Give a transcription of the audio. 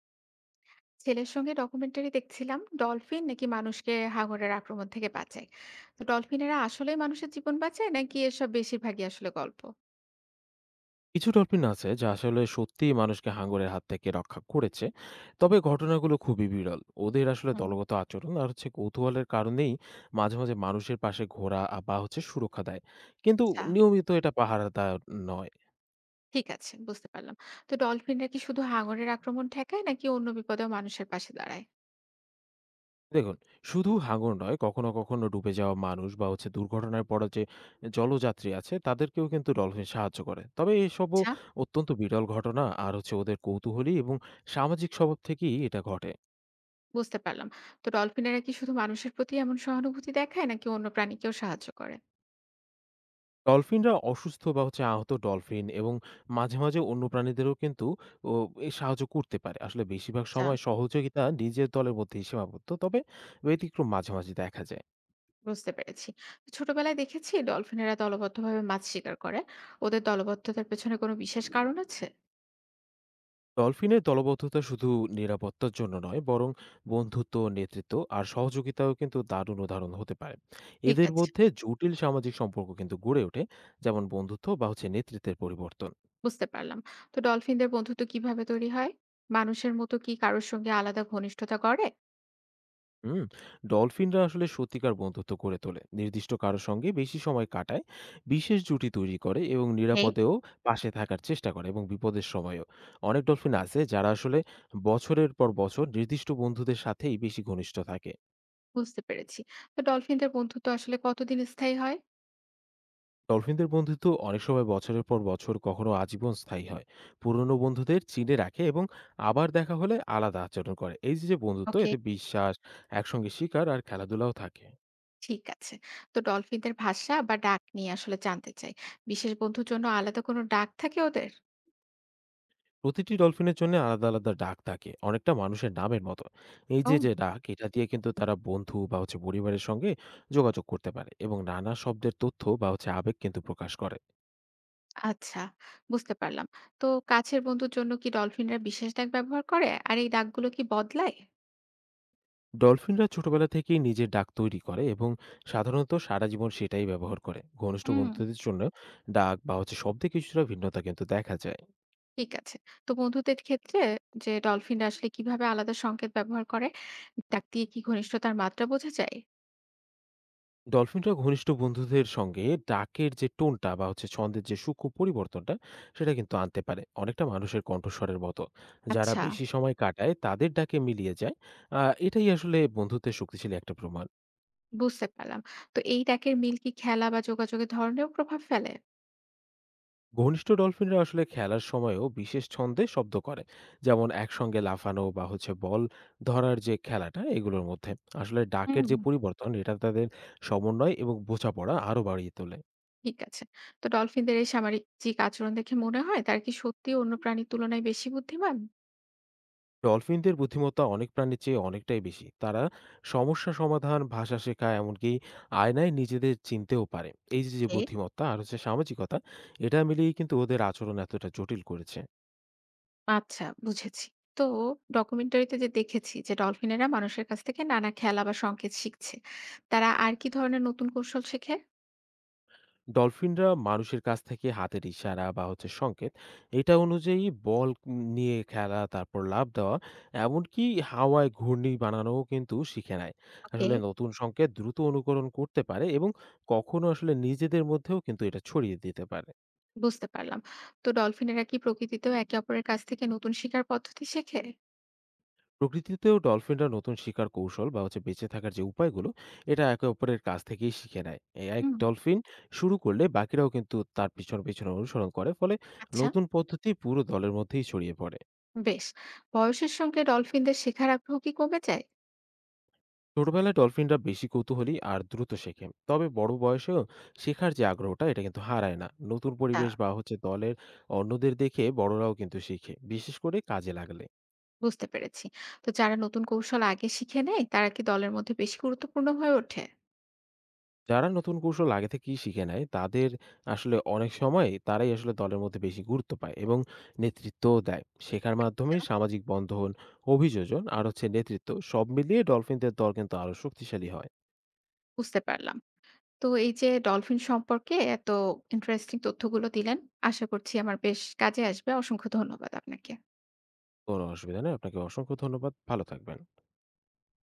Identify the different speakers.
Speaker 1: ছেলের সঙ্গে ডকুমেন্টারি দেখছিলাম, ডলফিন নাকি মানুষকে হাঙরের আক্রমণ থেকে বাঁচায়। তো ডলফিনেরা আসলে মানুষের জীবন বাঁচায় নাকি এসব বেশিরভাগই আসলে গল্প?
Speaker 2: কিছু ডলফিন আছে যা আসলে সত্যিই মানুষকে হাঙরের হাত থেকে রক্ষা করেছে। তবে ঘটনাগুলো খুবই বিরল, ওদের আসলে
Speaker 1: হুম।
Speaker 2: দলগত আচরণ আর কৌতূহলের কারণেই মাঝে মাঝে মানুষের পাশে ঘোরা বা সুরক্ষা দেয়, কিন্তু
Speaker 1: আচ্ছা,
Speaker 2: নিয়মিত এটা পাহারাদার নয়।
Speaker 1: ঠিক আছে, বুঝতে পারলাম। তো ডলফিনরা কি শুধু হাঙরের আক্রমণ ঠেকায় নাকি অন্য বিপদেও মানুষের পাশে দাঁড়ায়?
Speaker 2: দেখুন, শুধু হাঙর নয়, কখনো কখনো ডুবে যাওয়া মানুষ বা দুর্ঘটনায় পড়া যে জলযাত্রী আছে তাদেরকেও কিন্তু ডলফিন সাহায্য করে। তবে এসবও
Speaker 1: আচ্ছা,
Speaker 2: অত্যন্ত বিরল ঘটনা, আর ওদের কৌতূহলী এবং সামাজিক স্বভাব থেকেই এটা ঘটে।
Speaker 1: বুঝতে পারলাম। তো ডলফিনেরা কি শুধু মানুষের প্রতি এমন সহানুভূতি দেখায় নাকি অন্য প্রাণীকেও সাহায্য করে?
Speaker 2: ডলফিনরা অসুস্থ বা আহত ডলফিন এবং মাঝে, মাঝে অন্য প্রাণীদেরও কিন্তু ও এ সাহায্য করতে পারে। আসলে বেশিরভাগ
Speaker 1: আচ্ছা,
Speaker 2: সময় সহযোগিতা নিজের দলের মধ্যেই সীমাবদ্ধ। তবে ব্যতিক্রম মাঝে, মাঝে দেখা যায়।
Speaker 1: বুঝতে পেরেছি। তো ছোটবেলায় দেখেছি ডলফিনেরা দলবদ্ধভাবে মাছ শিকার করে। ওদের দলবদ্ধতার পেছনে কোনো বিশেষ কারণ আছে?
Speaker 2: ডলফিনের দলবদ্ধতা শুধু নিরাপত্তার জন্য নয়, বরং বন্ধুত্ব, নেতৃত্ব আর সহযোগিতাও কিন্তু দারুণ উদাহরণ হতে পারে।
Speaker 1: ঠিক
Speaker 2: এদের
Speaker 1: আছে,
Speaker 2: মধ্যে জটিল সামাজিক সম্পর্ক কিন্তু গড়ে ওঠে, যেমন বন্ধুত্ব বা নেতৃত্বের পরিবর্তন।
Speaker 1: বুঝতে পারলাম। তো ডলফিনদের বন্ধুত্ব কিভাবে তৈরি হয়? মানুষের মতো কি কারোর সঙ্গে আলাদা ঘনিষ্ঠতা গড়ে?
Speaker 2: হুম। ডলফিনরা আসলে সত্যিকার বন্ধুত্ব গড়ে তোলে, নির্দিষ্ট কারো সঙ্গে বেশি সময় কাটায়, বিশেষ জুটি তৈরি করে এবং
Speaker 1: ওকে।
Speaker 2: নিরাপদেও পাশে থাকার চেষ্টা করে এবং বিপদের সময়ও অনেক ডলফিন আছে যারা আসলে বছরের পর বছর নির্দিষ্ট বন্ধুদের সাথেই বেশি ঘনিষ্ঠ থাকে।
Speaker 1: বুঝতে পেরেছি। তো ডলফিনদের বন্ধুত্ব আসলে কতদিন স্থায়ী হয়?
Speaker 2: ডলফিনদের বন্ধুত্ব অনেক সময় বছরের পর বছর, কখনো আজীবন স্থায়ী হয়। পুরনো বন্ধুদের চিনে রাখে এবং আবার দেখা হলে আলাদা আচরণ করে। এই যে যে বন্ধুত্ব
Speaker 1: ওকে।
Speaker 2: এতে বিশ্বাস, একসঙ্গে শিকার আর খেলাধুলাও থাকে।
Speaker 1: ঠিক আছে। তো ডলফিনদের ভাষা বা ডাক নিয়ে আসলে জানতে চাই। বিশেষ বন্ধুর জন্য আলাদা কোনো ডাক থাকে ওদের?
Speaker 2: প্রতিটি ডলফিনের জন্য আলাদা, আলাদা ডাক থাকে, অনেকটা মানুষের নামের মতো। এই
Speaker 1: ও।
Speaker 2: যে, যে হুম। ডাক এটা দিয়ে কিন্তু তারা বন্ধু বা পরিবারের সঙ্গে যোগাযোগ করতে পারে এবং নানা শব্দের তথ্য বা আবেগ কিন্তু প্রকাশ করে।
Speaker 1: আচ্ছা, বুঝতে পারলাম। তো কাছের বন্ধুর জন্য কি ডলফিনরা বিশেষ ডাক ব্যবহার করে? আর এই ডাকগুলো কি বদলায়?
Speaker 2: ডলফিনরা ছোটবেলা থেকেই নিজের ডাক তৈরি করে এবং সাধারণত সারা জীবন সেটাই ব্যবহার করে। ঘনিষ্ঠ
Speaker 1: হুম।
Speaker 2: বন্ধুদের জন্য ডাক বা শব্দে কিছুটা ভিন্নতা কিন্তু দেখা যায়।
Speaker 1: ঠিক আছে। তো বন্ধুদের ক্ষেত্রে যে ডলফিনরা আসলে কিভাবে আলাদা সংকেত ব্যবহার করে, ডাক দিয়ে কি ঘনিষ্ঠতার মাত্রা বোঝা যায়?
Speaker 2: ডলফিনরা ঘনিষ্ঠ বন্ধুদের সঙ্গে ডাকের যে টোনটা বা ছন্দের যে সূক্ষ্ম পরিবর্তনটা সেটা কিন্তু আনতে পারে, অনেকটা মানুষের কণ্ঠস্বরের মতো। যারা
Speaker 1: আচ্ছা,
Speaker 2: বেশি সময় কাটায় তাদের ডাকে মিলিয়ে যায়। এটাই আসলে বন্ধুত্বের শক্তিশালী একটা প্রমাণ।
Speaker 1: বুঝতে পারলাম। তো এই ডাকের মিল কি খেলা বা যোগাযোগের ধরনেও প্রভাব ফেলে?
Speaker 2: ঘনিষ্ঠ ডলফিনরা আসলে খেলার সময়ও বিশেষ ছন্দে শব্দ করে, যেমন একসঙ্গে লাফানো বা বল ধরার যে খেলাটা, এগুলোর মধ্যে আসলে ডাকের
Speaker 1: হুম।
Speaker 2: যে পরিবর্তন এটা তাদের সমন্বয় এবং বোঝাপড়া আরো বাড়িয়ে তোলে।
Speaker 1: ঠিক আছে। তো ডলফিনদের এই সামাজিক আচরণ দেখে মনে হয় তারা কি সত্যিই অন্য প্রাণীর তুলনায় বেশি বুদ্ধিমান?
Speaker 2: ডলফিনদের বুদ্ধিমত্তা অনেক প্রাণীর চেয়ে অনেকটাই বেশি। তারা সমস্যা সমাধান, ভাষা শেখা, এমনকি আয়নায় নিজেদের চিনতেও পারে। এই যে, যে
Speaker 1: এ
Speaker 2: বুদ্ধিমত্তা আর সামাজিকতা, এটা মিলিয়েই কিন্তু ওদের আচরণ এতটা জটিল করেছে।
Speaker 1: আচ্ছা, বুঝেছি। তো ডকুমেন্টারিতে যে দেখেছি যে ডলফিনেরা মানুষের কাছ থেকে নানা খেলা বা সংকেত শিখছে, তারা আর কি ধরনের নতুন কৌশল শেখে?
Speaker 2: ডলফিনরা মানুষের কাছ থেকে হাতের ইশারা বা সংকেত, এটা অনুযায়ী বল নিয়ে খেলা, তারপর লাফ দেওয়া, এমনকি হাওয়ায় ঘূর্ণি বানানোও কিন্তু শিখে নেয়।
Speaker 1: ওকে,
Speaker 2: আসলে নতুন সংকেত দ্রুত অনুকরণ করতে পারে এবং কখনো আসলে নিজেদের মধ্যেও কিন্তু এটা ছড়িয়ে দিতে পারে।
Speaker 1: বুঝতে পারলাম। তো ডলফিনেরা কি প্রকৃতিতেও একে অপরের কাছ থেকে নতুন শিকার পদ্ধতি শেখে?
Speaker 2: প্রকৃতিতেও ডলফিনরা নতুন শিকার কৌশল বা বেঁচে থাকার যে উপায়গুলো এটা একে অপরের কাছ থেকেই শিখে নেয়। এক
Speaker 1: হুম।
Speaker 2: ডলফিন শুরু করলে বাকিরাও কিন্তু তার পিছনে পিছনে অনুসরণ করে, ফলে
Speaker 1: আচ্ছা,
Speaker 2: নতুন পদ্ধতি পুরো দলের মধ্যেই ছড়িয়ে পড়ে।
Speaker 1: বেশ। বয়সের সঙ্গে ডলফিনদের শেখার আগ্রহ কি কমে যায়?
Speaker 2: ছোটবেলায় ডলফিনরা বেশি কৌতূহলী আর দ্রুত শেখে, তবে বড় বয়সেও শেখার যে আগ্রহটা এটা কিন্তু হারায় না। নতুন
Speaker 1: আ
Speaker 2: পরিবেশ বা দলের অন্যদের দেখে বড়রাও কিন্তু শিখে, বিশেষ করে কাজে লাগলে।
Speaker 1: বুঝতে পেরেছি। তো যারা নতুন কৌশল আগে শিখে নেয়, তারা কি দলের মধ্যে বেশি গুরুত্বপূর্ণ হয়ে ওঠে?
Speaker 2: যারা নতুন কৌশল আগে থেকেই শিখে নেয় তাদের আসলে অনেক সময় তারাই আসলে দলের মধ্যে বেশি গুরুত্ব পায় এবং নেতৃত্বও দেয়। শেখার মাধ্যমে
Speaker 1: আচ্ছা।
Speaker 2: সামাজিক বন্ধন, অভিযোজন আর নেতৃত্ব সব মিলিয়ে ডলফিনদের দল কিন্তু আরো শক্তিশালী হয়।
Speaker 1: বুঝতে পারলাম। তো এই যে ডলফিন সম্পর্কে এত ইন্টারেস্টিং তথ্যগুলো দিলেন, আশা করছি আমার বেশ কাজে আসবে। অসংখ্য ধন্যবাদ আপনাকে।
Speaker 2: কোনো অসুবিধা নেই, আপনাকে অসংখ্য ধন্যবাদ। ভালো থাকবেন।